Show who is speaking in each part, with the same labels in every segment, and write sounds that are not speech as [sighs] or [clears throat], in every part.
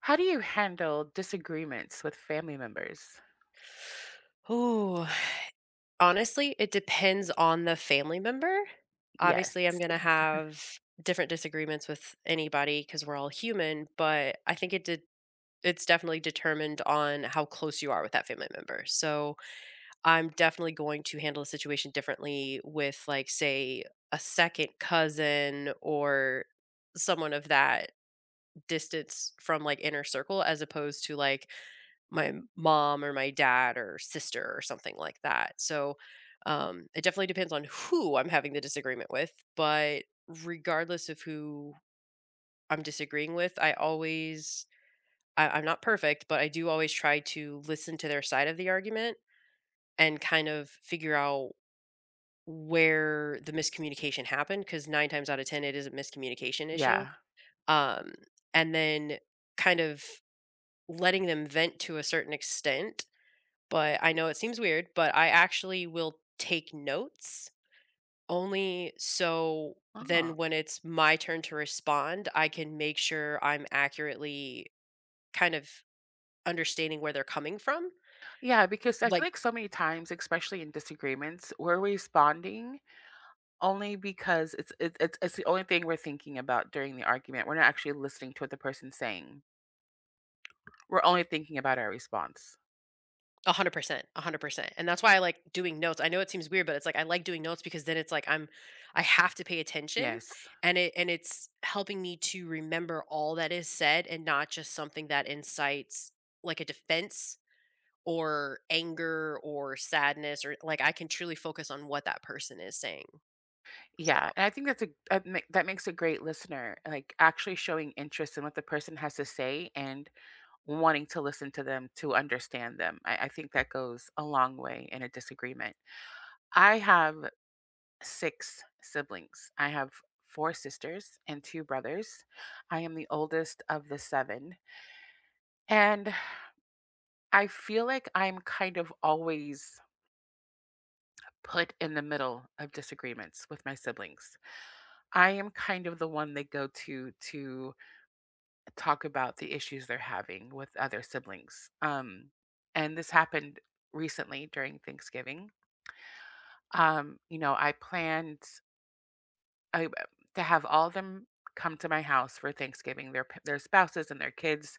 Speaker 1: How do you handle disagreements with family members?
Speaker 2: Ooh, honestly, it depends on the family member.
Speaker 1: Yes.
Speaker 2: Obviously, I'm gonna have different disagreements with anybody because we're all human, but I think it did it's definitely determined on how close you are with that family member. So I'm definitely going to handle a situation differently with, like, say, a second cousin or someone of that distance from, like, inner circle as opposed to, like, my mom or my dad or sister or something like that. It definitely depends on who I'm having the disagreement with. But regardless of who I'm disagreeing with, I'm not perfect, but I do always try to listen to their side of the argument and kind of figure out where the miscommunication happened, because nine times out of 10, it is a miscommunication issue.
Speaker 1: Yeah.
Speaker 2: Um, and then kind of letting them vent to a certain extent. But I know it seems weird, but I actually will take notes only so then
Speaker 1: Oh.
Speaker 2: when it's my turn to respond, I can make sure I'm accurately kind of understanding where they're coming from.
Speaker 1: Yeah, because I feel like
Speaker 2: Like,
Speaker 1: so many times, especially in disagreements, we're responding only because it's the only thing we're thinking about during the argument. We're not actually listening to what the person's saying. We're only thinking about our response.
Speaker 2: 100%, 100%. And that's why I like doing notes. I know it seems weird, but it's like I like doing notes because then it's like I have to pay attention,
Speaker 1: Yes.
Speaker 2: and it's helping me to remember all that is said and not just something that incites like a defense or anger or sadness, or like I can truly focus on what that person is saying. So
Speaker 1: Yeah, and I think that's that makes a great listener, like actually showing interest in what the person has to say and wanting to listen to them to understand them. I think that goes a long way in a disagreement. I have six siblings. I have four sisters and two brothers. I am the oldest of the 7. And I feel like I'm kind of always put in the middle of disagreements with my siblings. I am kind of the one they go to talk about the issues they're having with other siblings. And this happened recently during Thanksgiving. You know, I, uh, to have all of them come to my house for Thanksgiving. Their spouses and their kids.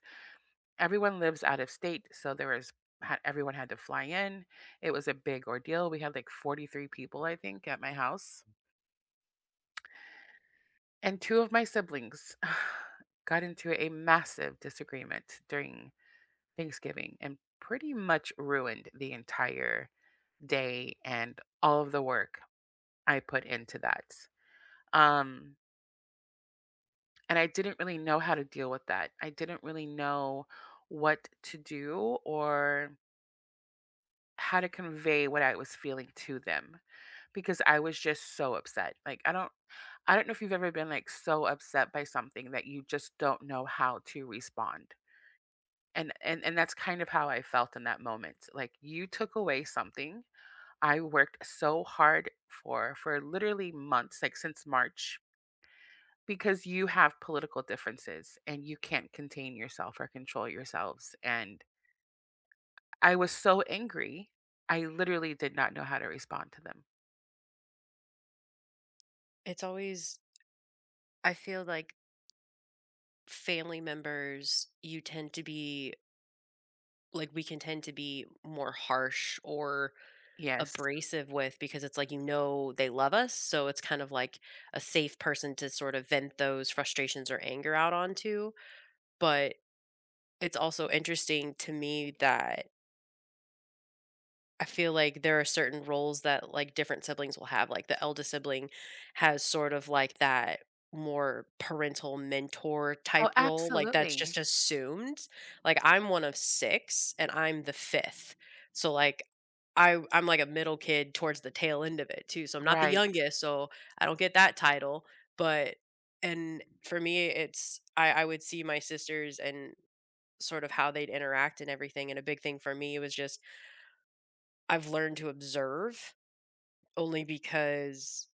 Speaker 1: Everyone lives out of state, so everyone had to fly in. It was a big ordeal. We had like 43 people, I think, at my house, and two of my siblings [sighs] got into a massive disagreement during Thanksgiving and pretty much ruined the entire day and all of the work I put into that. Um, And I didn't really know how to deal with that. I didn't really know what to do or how to convey what I was feeling to them because I was just so upset. Like, I don't I don't know if you've ever been like so upset by something that you just don't know how to respond. And that's kind of how I felt in that moment. Like, you took away something I worked so hard for literally months, like since March. Because you have political differences and you can't contain yourself or control yourselves, and I was so angry, I literally did not know how to respond to them.
Speaker 2: it's always, I feel like family members, you tend to be like, we can tend to be more harsh or
Speaker 1: Yes.
Speaker 2: abrasive with because it's like, you know, they love us. So it's kind of like a safe person to sort of vent those frustrations or anger out onto. But it's also interesting to me that I feel like there are certain roles that, like, different siblings will have. Like the eldest sibling has sort of like that more parental mentor
Speaker 1: Oh,
Speaker 2: type role. Like that's
Speaker 1: absolutely.
Speaker 2: just assumed. Like I'm one of six and I'm the fifth. So like I'm like a middle kid towards the tail end of it too. So I'm not the
Speaker 1: Right,
Speaker 2: youngest, so I don't get that title. But and for me it's I would see my sisters and sort of how they'd interact and everything. And a big thing for me was just I've learned to observe only because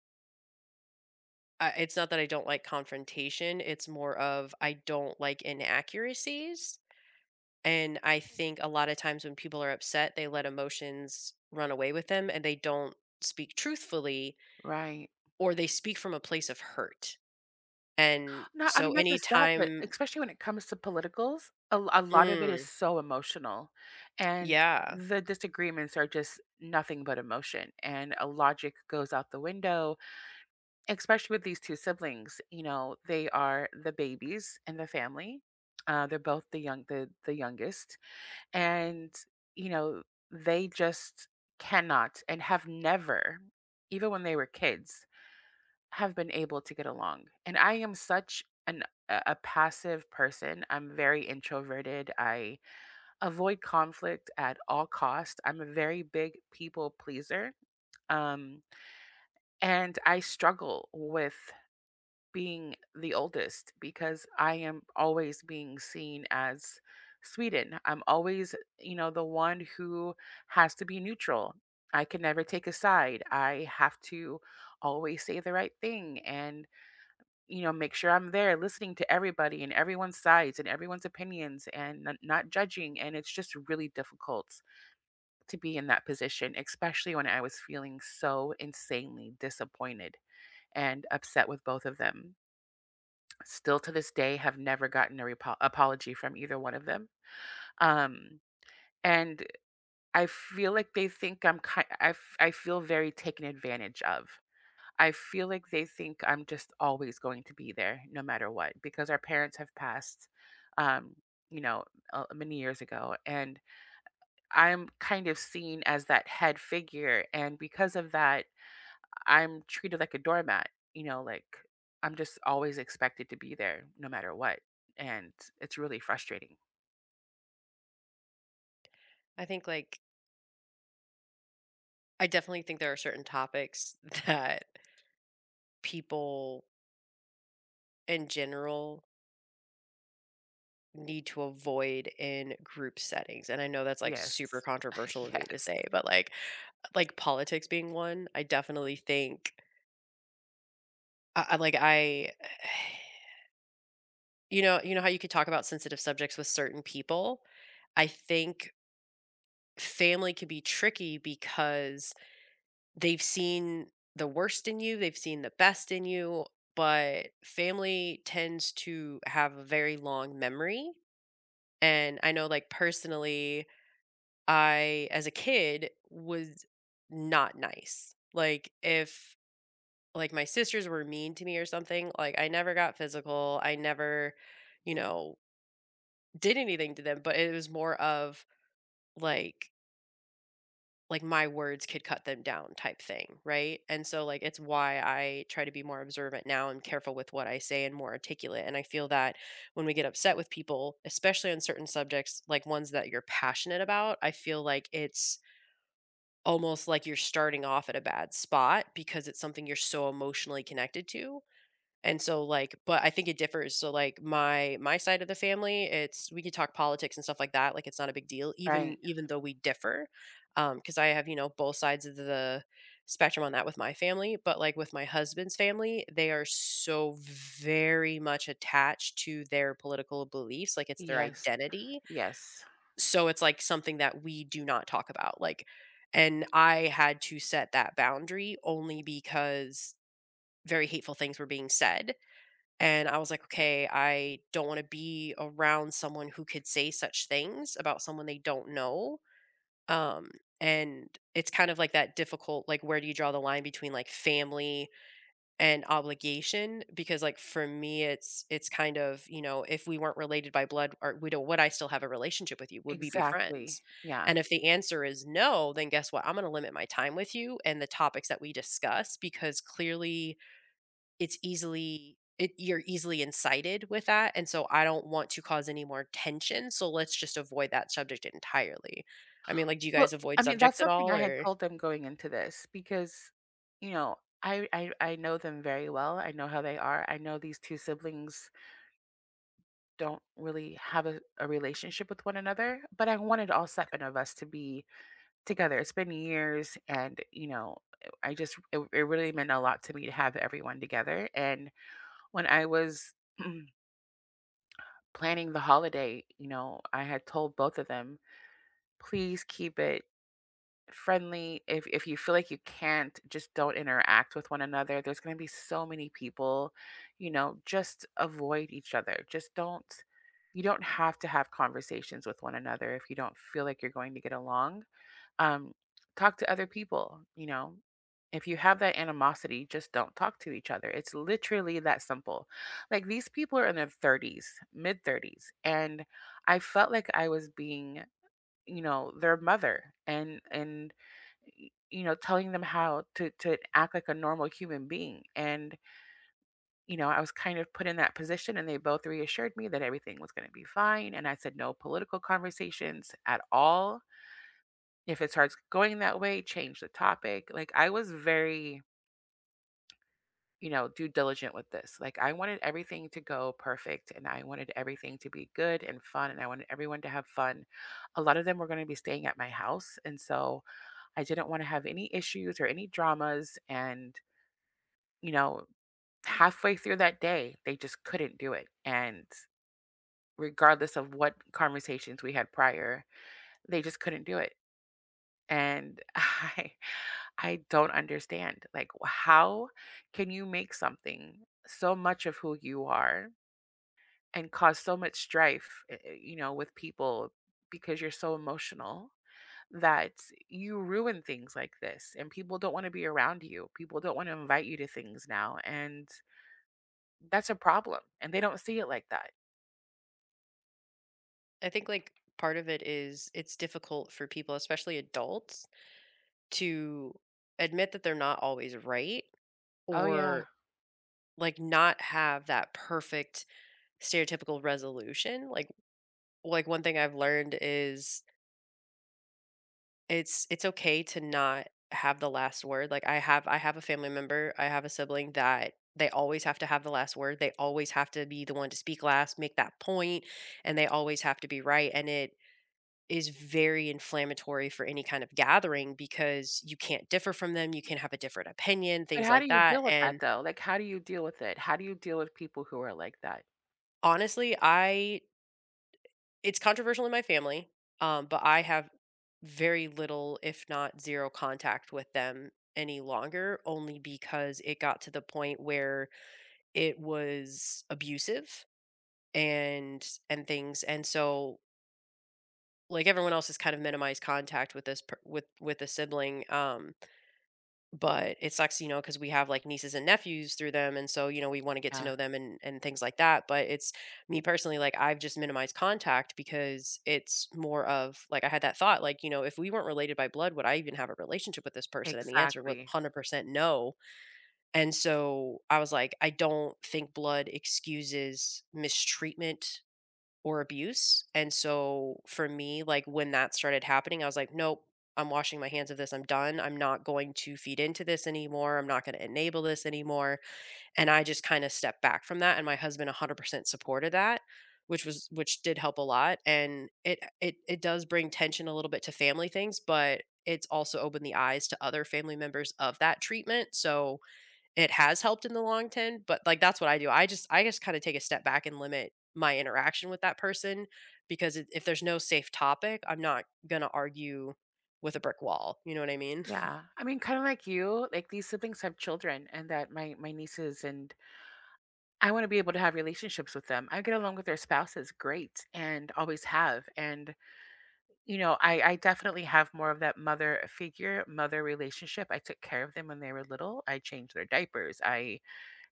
Speaker 2: I, it's not that I don't like confrontation, it's more of I don't like inaccuracies, and I think a lot of times when people are upset, they let emotions run away with them and they don't speak truthfully,
Speaker 1: right.
Speaker 2: or they speak from a place of hurt, and
Speaker 1: No, I
Speaker 2: so
Speaker 1: mean, not just that, but
Speaker 2: anytime.
Speaker 1: especially when it comes to politicals, a lot of it is
Speaker 2: Mm,
Speaker 1: so emotional, and
Speaker 2: yeah.
Speaker 1: the disagreements are just nothing but emotion, and, a logic goes out the window, especially with these two siblings. You know, they are the babies in the family. They're both the youngest, and you know, they just cannot and have never, even when they were kids, have been able to get along. And I am such an a passive person. I'm very introverted. I avoid conflict at all cost. I'm a very big people pleaser. Um, and I struggle with being the oldest because I am always being seen as Sweden. I'm always, you know, the one who has to be neutral. I can never take a side. I have to always say the right thing and, you know, make sure I'm there listening to everybody and everyone's sides and everyone's opinions and not judging. And it's just really difficult to be in that position, especially when I was feeling so insanely disappointed and upset with both of them. Still to this day, have never gotten a repo apology from either one of them. Um, and I feel like they think I'm ki I f I feel very taken advantage of. I feel like they think I'm just always going to be there no matter what because our parents have passed, um, you know, many years ago, and I'm kind of seen as that head figure, and because of that I'm treated like a doormat, you know, like I'm just always expected to be there no matter what. And it's really frustrating.
Speaker 2: I think, like, I definitely think there are certain topics [laughs] that people in general need to avoid in group settings. And I know that's like super
Speaker 1: Yes. [laughs]
Speaker 2: controversial of me to
Speaker 1: Yes.
Speaker 2: say, but like politics being one, I definitely think like I [sighs] you know how you could talk about sensitive subjects with certain people? I think family can be tricky because they've seen the worst in you, they've seen the best in you, but family tends to have a very long memory. And I know, like, personally I, as a kid, was not nice. Like, if like my sisters were mean to me or something, like I never got physical. I never, you know, did anything to them, but it was more of like like my words could cut them down type thing, right? And so like it's why I try to be more observant now and careful with what I say and more articulate. And I feel that when we get upset with people, especially on certain subjects like ones that you're passionate about, I feel like it's almost like you're starting off at a bad spot because it's something you're so emotionally connected to. And so like but I think it differs. So like my side of the family, it's we can talk politics and stuff like that, like it's not a big deal even
Speaker 1: Right.
Speaker 2: even though we differ. Because I have, you know, both sides of the spectrum on that with my family, but like with my husband's family, they are so very much attached to their political beliefs, like it's their
Speaker 1: Yes.
Speaker 2: identity.
Speaker 1: Yes.
Speaker 2: So it's, like, something that we do not talk about. Like, and I had to set that boundary only because very hateful things were being said, and I was like, "Okay, I don't wanna be around someone who could say such things about someone they don't know." Um, and it's kind of like that difficult, like, where do you draw the line between, like, family and obligation? Because, like, for me it's kind of, you know, if we weren't related by blood or we don't, would I still have a relationship with you? Would we be
Speaker 1: Exactly.
Speaker 2: friends?
Speaker 1: Yeah.
Speaker 2: And if the answer is no, then guess what, I'm going to limit my time with you and the topics that we discuss, because clearly it's easily, it, you're easily incited with that, and so I don't want to cause any more tension, so let's just avoid that subject entirely. I mean, like, do you
Speaker 1: Well,
Speaker 2: guys avoid
Speaker 1: I mean, that's
Speaker 2: subjects at
Speaker 1: something
Speaker 2: all
Speaker 1: I had
Speaker 2: or.
Speaker 1: told them going into this because, you know, I know them very well. I know how they are. I know these two siblings don't really have a relationship with one another, but I wanted all seven of us to be together. It's been years, and you know, it really meant a lot to me to have everyone together. And when I was [clears throat] planning the holiday, you know, I had told both of them, please keep it friendly. If you feel like you can't, just don't interact with one another. There's going to be so many people, you know, just avoid each other. Just don't You don't have to have conversations with one another if you don't feel like you're going to get along. Um, Talk to other people, you know. If you have that animosity, just don't talk to each other. It's literally that simple. Like, these people are in their 30s, mid 30s, and I felt like I was being, you know, their mother, you know, telling them how to act like a normal human being, and you know, I was kind of put in that position, and they both reassured me that everything was going to be fine, and I said no political conversations at all. If it starts going that way, change the topic. Like, I was very, you know, due diligent with this. Like, I wanted everything to go perfect and I wanted everything to be good and fun and I wanted everyone to have fun. A lot of them were going to be staying at my house. And so I didn't want to have any issues or any dramas. And, you know, halfway through that day, they just couldn't do it. And regardless of what conversations we had prior, they just couldn't do it, and [laughs] I don't understand, like, how can you make something so much of who you are and cause so much strife you know, with people, because you're so emotional that you ruin things like this and people don't want to be around you, people don't want to invite you to things now, and that's a problem and they don't see it like that.
Speaker 2: I think like part of it is it's difficult for people, especially adults, to admit that they're not always right,
Speaker 1: Oh, yeah.
Speaker 2: or like not have that perfect stereotypical resolution. Like one thing I've learned is it's okay to not have the last word. Like I have a family member, I have a sibling that they always have to have the last word. They always have to be the one to speak last, make that point, and they always have to be right. And it is very inflammatory for any kind of gathering because you can't differ from them, you can have a different opinion,
Speaker 1: But
Speaker 2: things
Speaker 1: how do
Speaker 2: like
Speaker 1: you
Speaker 2: that,
Speaker 1: deal with that,
Speaker 2: and
Speaker 1: though? Like, how do you deal with it? How do you deal with people who are like that?
Speaker 2: honestly, I, it's controversial in my family, but I have very little, if not 0 contact with them any longer only because it got to the point where it was abusive and things, and so, like, everyone else has kind of minimized contact with this per with the sibling. But it sucks, you know, because we have, like, nieces and nephews through them, and so, you know, we wanna get to
Speaker 1: Yeah,
Speaker 2: know them and things like that, but it's me personally, like, I've just minimized contact because it's more of like, I had that thought, like, you know, "If we weren't related by blood, would I even have a relationship with this person?" And the answer was
Speaker 1: exactly.
Speaker 2: 100% no, and so I was like, "I don't think blood excuses mistreatment or abuse. And so for me, like when that started happening, I was like, nope, I'm washing my hands of this. I'm done. I'm not going to feed into this anymore. I'm not going to enable this anymore. And I just kind of stepped back from that. And my husband 100% supported that. Which did help a lot, and it does bring tension a little bit to family things, but it's also opened the eyes to other family members of that treatment. So it has helped in the long term, but, like, that's what I do. I just kinda take a step back and limit my interaction with that person, because if there's no safe topic, I'm not gonna argue with a brick wall, you know what I mean? [laughs]
Speaker 1: Yeah. I mean, kind of like you, like these siblings have children, and that my nieces, and I want to be able to have relationships with them. I get along with their spouses great and always have. And you know, I definitely have more of that mother figure, mother relationship. I took care of them when they were little. I changed their diapers. I,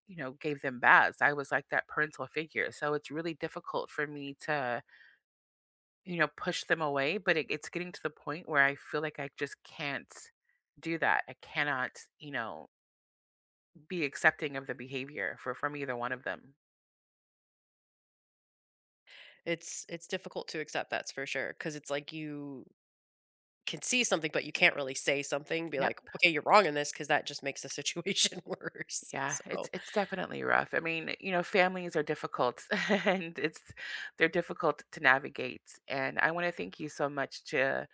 Speaker 1: you know, gave them baths. I was like that parental figure. So it's really difficult for me to, you know, push them away, but it's getting to the point where I feel like I just can't do that. I cannot, you know, be accepting of the behavior for from either one of them.
Speaker 2: It's difficult to accept, that's for sure, because it's like you can see something, but you can't really say something, be like,
Speaker 1: Yep.
Speaker 2: "Okay, you're wrong in this," because that just makes the situation [laughs] worse.
Speaker 1: Yeah, it's
Speaker 2: So,
Speaker 1: it's definitely rough. I mean, you know, families are difficult [laughs] and it's they're difficult to navigate. And I want to thank you so much to,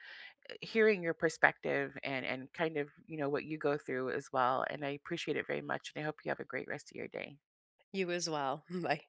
Speaker 1: hearing your perspective and kind of, you know, what you go through as well. And I appreciate it very much and I hope you have a great rest of your day.
Speaker 2: you as well. [laughs] Bye.